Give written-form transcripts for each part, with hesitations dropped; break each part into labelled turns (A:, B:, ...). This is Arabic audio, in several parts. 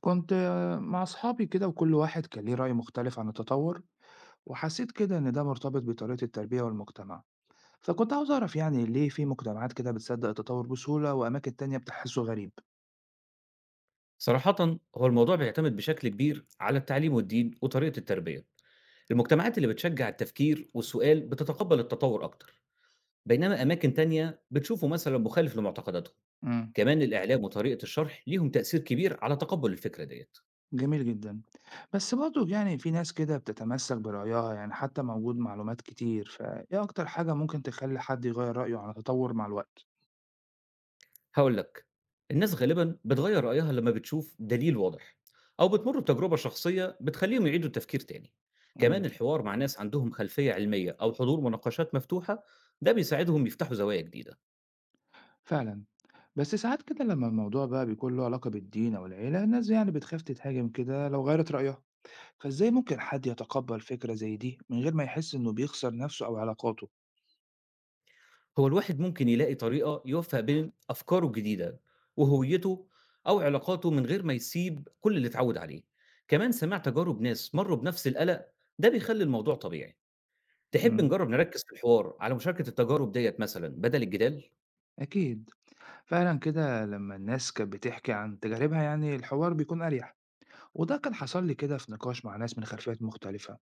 A: كنت مع أصحابي كده وكل واحد كان ليه رأي مختلف عن التطور. وحسيت كده إن ده مرتبط بطريقة التربية والمجتمع. فكنت عاوز أعرف يعني ليه في مجتمعات كده بتصدق التطور بسهولة وأماكن تانية بتحسه غريب.
B: صراحة، هو الموضوع بيعتمد بشكل كبير على التعليم والدين وطريقة التربية. المجتمعات اللي بتشجع التفكير والسؤال بتتقبل التطور أكتر، بينما أماكن تانية بتشوفه مثلا مخالف لمعتقداتهم.
A: امم
B: كمان الإعلام وطريقة الشرح ليهم تأثير كبير على تقبل الفكرة ديت.
A: جميل جدا. بس برضه يعني في ناس كده بتتمسك برأيها يعني حتى موجود معلومات كتير، فإيه أكتر حاجة ممكن تخلي حد يغير رأيه عن التطور مع الوقت؟
B: هقول لك، الناس غالبا بتغير رأيها لما بتشوف دليل واضح، أو بتمر بتجربة شخصية بتخليهم يعيدوا التفكير تاني. كمان
A: امم
B: الحوار مع ناس عندهم خلفية علمية أو حضور مناقشات مفتوحة ده بيساعدهم يفتحوا زوايا جديدة.
A: فعلا. بس ساعات كده لما الموضوع بقى بيكون له علاقة بالدين أو العيلة الناس يعني بتخاف تتهاجم كده لو غيرت رأيها. فإزاي ممكن حد يتقبل فكرة زي دي من غير ما يحس إنه بيخسر نفسه أو علاقاته؟
B: هو الواحد ممكن يلاقي طريقة يوفّق بين أفكاره الجديدة وهويته أو علاقاته من غير ما يسيب كل اللي اتعوّد عليه، كمان سماع تجارب ناس مرّوا بنفس القلق ده بيخلّي الموضوع طبيعي، تحب
A: امم
B: نجرّب نركّز في الحوار على مشاركة التجارب ديّة مثلًا بدل الجدال؟
A: أكيد. فعلا كده لما الناس كانت بتحكي عن تجاربها يعني الحوار بيكون أريح. وده كان حصل لي كده في نقاش مع ناس من خلفيات مختلفة.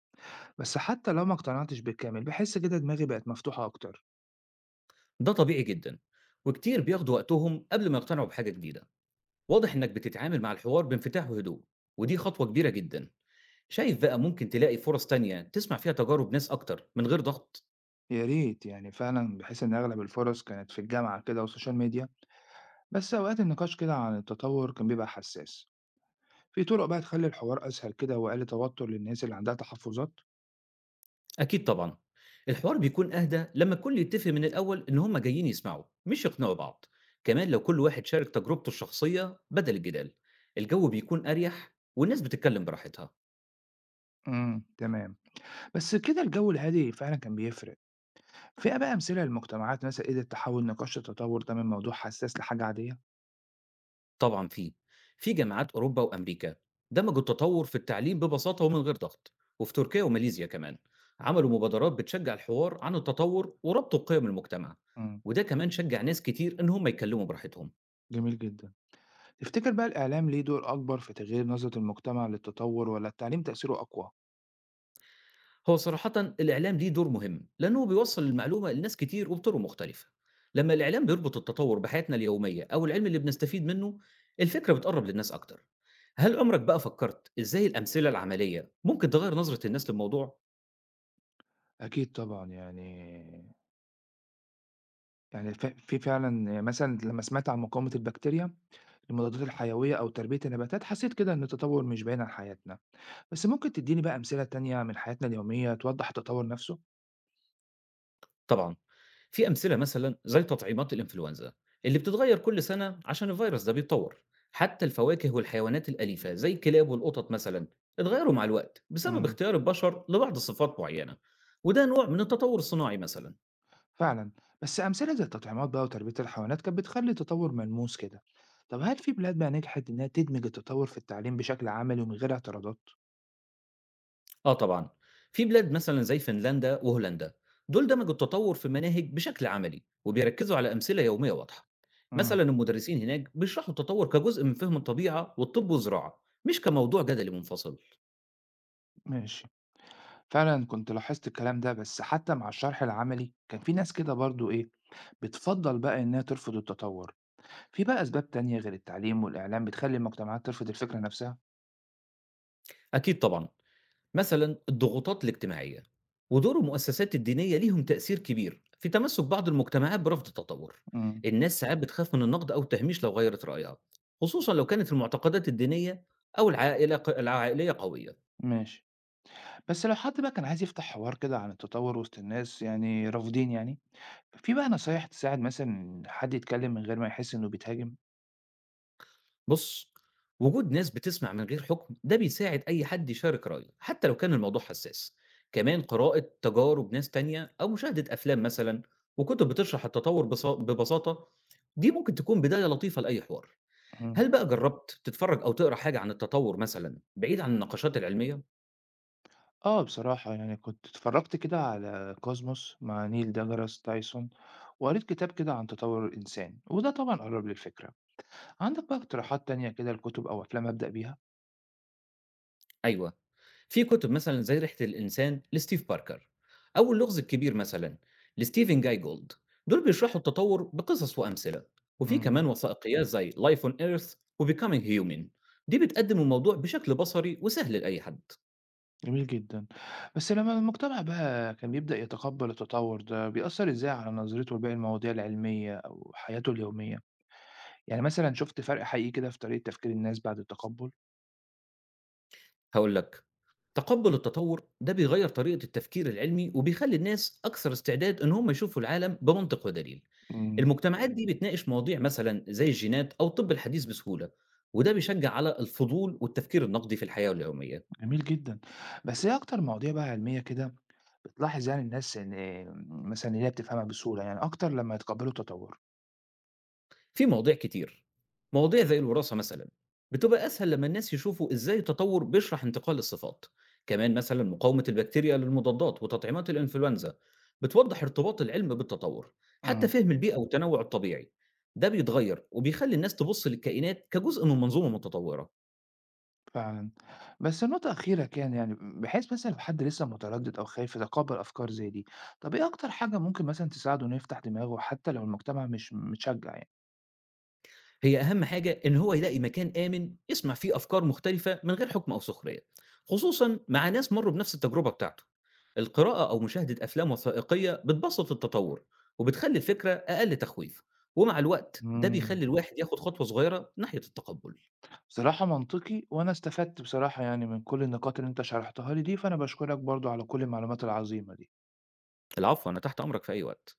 A: بس حتى لو ما اقتنعتش بالكامل بحس كده دماغي بقت مفتوحة أكتر.
B: ده طبيعي جدًا، وكتير بياخدوا وقتهم قبل ما يقتنعوا بحاجة جديدة، واضح إنّك بتتعامل مع الحوار بانفتاح وهدوء ودي خطوة كبيرة جدًا، شايف بقى ممكن تلاقي فرص تانية تسمع فيها تجارب ناس أكتر من غير ضغط؟
A: يا ريت يعني. فعلا بحس إن أغلب الفرص كانت في الجامعة كده والسوشيال ميديا. بس أوقات النقاش كده عن التطور كان بيبقى حساس. في طرق بقى تخلي الحوار أسهل كده وأقل توتر للناس اللي عندها تحفظات؟
B: أكيد طبعًا. الحوار بيكون أهدى لمّا الكل يتّفق من الأول إن هم جايين يسمعوا، مش يقنعوا بعض. كمان لو كل واحد شارك تجربته الشخصية بدل الجدال، الجو بيكون أريح والناس بتتكلم براحتها.
A: تمام. بس كده الجو الهادي فعلا كان بيفرق. في بقى أمثلة لمجتمعات مثلا قدرت تحول نقاش التطور ده من موضوع حساس لحاجة عادية؟
B: طبعًا في جامعات أوروبا وأمريكا دمجوا التطوّر في التعليم ببساطة ومن غير ضغط، وفي تركيا وماليزيا كمان عملوا مبادرات بتشجّع الحوار عن التطوّر وربطوا بقيم المجتمع،
A: امم
B: وده كمان شجّع ناس كتير إن هم يتكلموا براحتهم.
A: جميل جدا. تفتكر بقى الإعلام ليه دور أكبر في تغيير نظرة المجتمع للتطور ولا التعليم تأثيره أقوى؟
B: هو صراحةً الإعلام ليه دور مهم، لأنه بيوصّل المعلومة لناس كتير وبطرق مختلفة. لمّا الإعلام بيربط التطور بحياتنا اليومية أو العلم اللي بنستفيد منه، الفكرة بتقرّب للناس أكتر. هل عمرك بقى فكّرت إزاي الأمثلة العملية ممكن تغيّر نظرة الناس للموضوع؟
A: أكيد طبعا يعني في فعلا يعني مثلا لما سمعت عن مقاومة البكتيريا المضادات الحيوية أو تربية النباتات حسيت كده إن التطور مش باين عن حياتنا. بس ممكن تديني بقى أمثلة تانية من حياتنا اليومية توضح التطور نفسه؟
B: طبعًا، في أمثلة مثلًا زي تطعيمات الإنفلونزا اللي بتتغيّر كل سنة عشان الفيروس ده بيتطور. حتى الفواكه والحيوانات الأليفة زي الكلاب والقطط مثلًا، اتغيّروا مع الوقت بسبب اختيار البشر لبعض صفات معيّنة، وده نوع من التطور الصناعي مثلًا.
A: فعلا. بس أمثلة زي التطعيمات بقى وتربية الحيوانات كانت بتخلي التطور ملموس كده. طب هل في بلاد بقى نجحت إنها تدمج التطور في التعليم بشكل عملي ومن غير اعتراضات؟
B: آه طبعًا، في بلاد مثلًا زي فنلندا وهولندا، دول دمجوا التطوّر في المناهج بشكل عملي، وبيركّزوا على أمثلة يومية واضحة، مثلًا
A: امم
B: المدرسين هناك بيشرحوا التطوّر كجزء من فهم الطبيعة والطب والزراعة، مش كموضوع جدلي منفصل.
A: ماشي. فعلا كنت لاحظت الكلام ده، بس حتى مع الشرح العملي كان في ناس كده برضو إيه بتفضل بقى إنها ترفض التطور. في بقى أسباب تانية غير التعليم والإعلام بتخلي المجتمعات ترفض الفكرة نفسها؟
B: أكيد طبعًا، مثلًا الضغوطات الاجتماعية ودور المؤسسات الدينية ليهم تأثير كبير في تمسّك بعض المجتمعات برفض التطوّر.
A: امم
B: الناس ساعات بتخاف من النقد أو التهميش لو غيّرت رأيها، خصوصًا لو كانت المعتقدات الدينية أو العائلة العائلية قوية.
A: ماشي. بس لو حد بقى كان عايز يفتح حوار كده عن التطور وسط الناس يعني رافضين يعني، في بقى نصايح تساعد مثلًا حد يتكلّم من غير ما يحس إنه بيتهاجم؟
B: بُص، وجود ناس بتسمع من غير حكم ده بيساعد أي حد يشارك رأيه، حتى لو كان الموضوع حساس. كمان قراءة تجارب ناس تانية أو مشاهدة أفلام مثلًا وكتب بتشرح التطور بص ببساطة، دي ممكن تكون بداية لطيفة لأي حوار.
A: إمم.
B: هل بقى جربت تتفرج أو تقرا حاجة عن التطور مثلًا بعيد عن النقاشات العلمية؟
A: آه، بصراحة يعني كنت اتفرّجت كده على كوزموس مع نيل deGrasse تايسون وقريت كتاب كده عن تطوّر الإنسان، وده طبعًا قرّب لي الفكرة. عندك بقى اقتراحات تانية كده لكُتب أو أفلام أبدأ بيها؟
B: أيوه. في كتب مثلًا زي ريحة الإنسان لستيف باركر، أو اللغز الكبير مثلًا لستيفن جاي جولد، دول بيشرحوا التطور بقصص وأمثلة، وفي
A: إمم،
B: كمان وثائقيات زي Life on Earth وBecoming Human، دي بتقدم الموضوع بشكل بصري وسهل لأي حد.
A: جميل جدًا. بس لمّا المجتمع بقى كان بيبدأ يتقبّل التطوّر ده، بيأثّر إزاي على نظرته لباقي المواضيع العلمية أو حياته اليومية؟ يعني مثلًا شُفت فرق حقيقي كده في طريقة تفكير الناس بعد التقبُّل؟
B: هاقول لك، تقبُّل التطور ده بيغيّر طريقة التفكير العلمي وبيخلّي الناس أكثر استعداد إن هم يشوفوا العالم بمنطق ودليل.
A: إمم.
B: المجتمعات دي بتناقش مواضيع مثلًا زي الجينات أو الطب الحديث بسهولة، وده بيشجّع على الفضول والتفكير النقدي في الحياة اليومية.
A: جميل جدًا. بس إيه أكتر مواضيع بقى علمية كده بتلاحظ يعني الناس إن مثلًا إن هي بتفهمها بسهولة يعني أكتر لمّا يتقبّلوا التطوّر؟
B: في مواضيع كتير، مواضيع زي الوراثة مثلًا، بتبقى أسهل لمّا الناس يشوفوا إزاي التطور بيشرح انتقال الصفات، كمان مثلًا مقاومة البكتيريا للمضادات وتطعيمات الإنفلونزا، بتوضح ارتباط العلم بالتطور، حتى
A: إمم،
B: فهم البيئة والتنوع الطبيعي، ده بيتغير وبيخلي الناس تبُص للكائنات كجزء من منظومة متطورة.
A: فعلًا. بس نقطة أخيرة كان يعني، بحيث مثلًا لو حد لسه متردد أو خايف يتقبّل أفكار زي دي، طَب إيه أكتر حاجة ممكن مثلًا تساعده إنه يفتح دماغه حتى لو المجتمع مش متشجّع يعني؟
B: هي أهم حاجة إن هو يلاقي مكان آمن يسمع فيه أفكار مختلفة من غير حكم أو سخرية، خصوصًا مع ناس مرّوا بنفس التجربة بتاعته. القراءة أو مشاهدة أفلام وثائقية بتبسط التطور وبتخلي الفكرة أقل تخويف، ومع الوقت ده
A: إمم،
B: بيخلي الواحد ياخد خطوة صغيرة ناحية التقبُّل.
A: بصراحة منطقي، وأنا استفدت بصراحة يعني من كل النقاط اللي أنت شرحتها لي دي، فأنا باشكرك برضه على كل المعلومات العظيمة دي.
B: العفو، أنا تحت أمرك في أي وقت.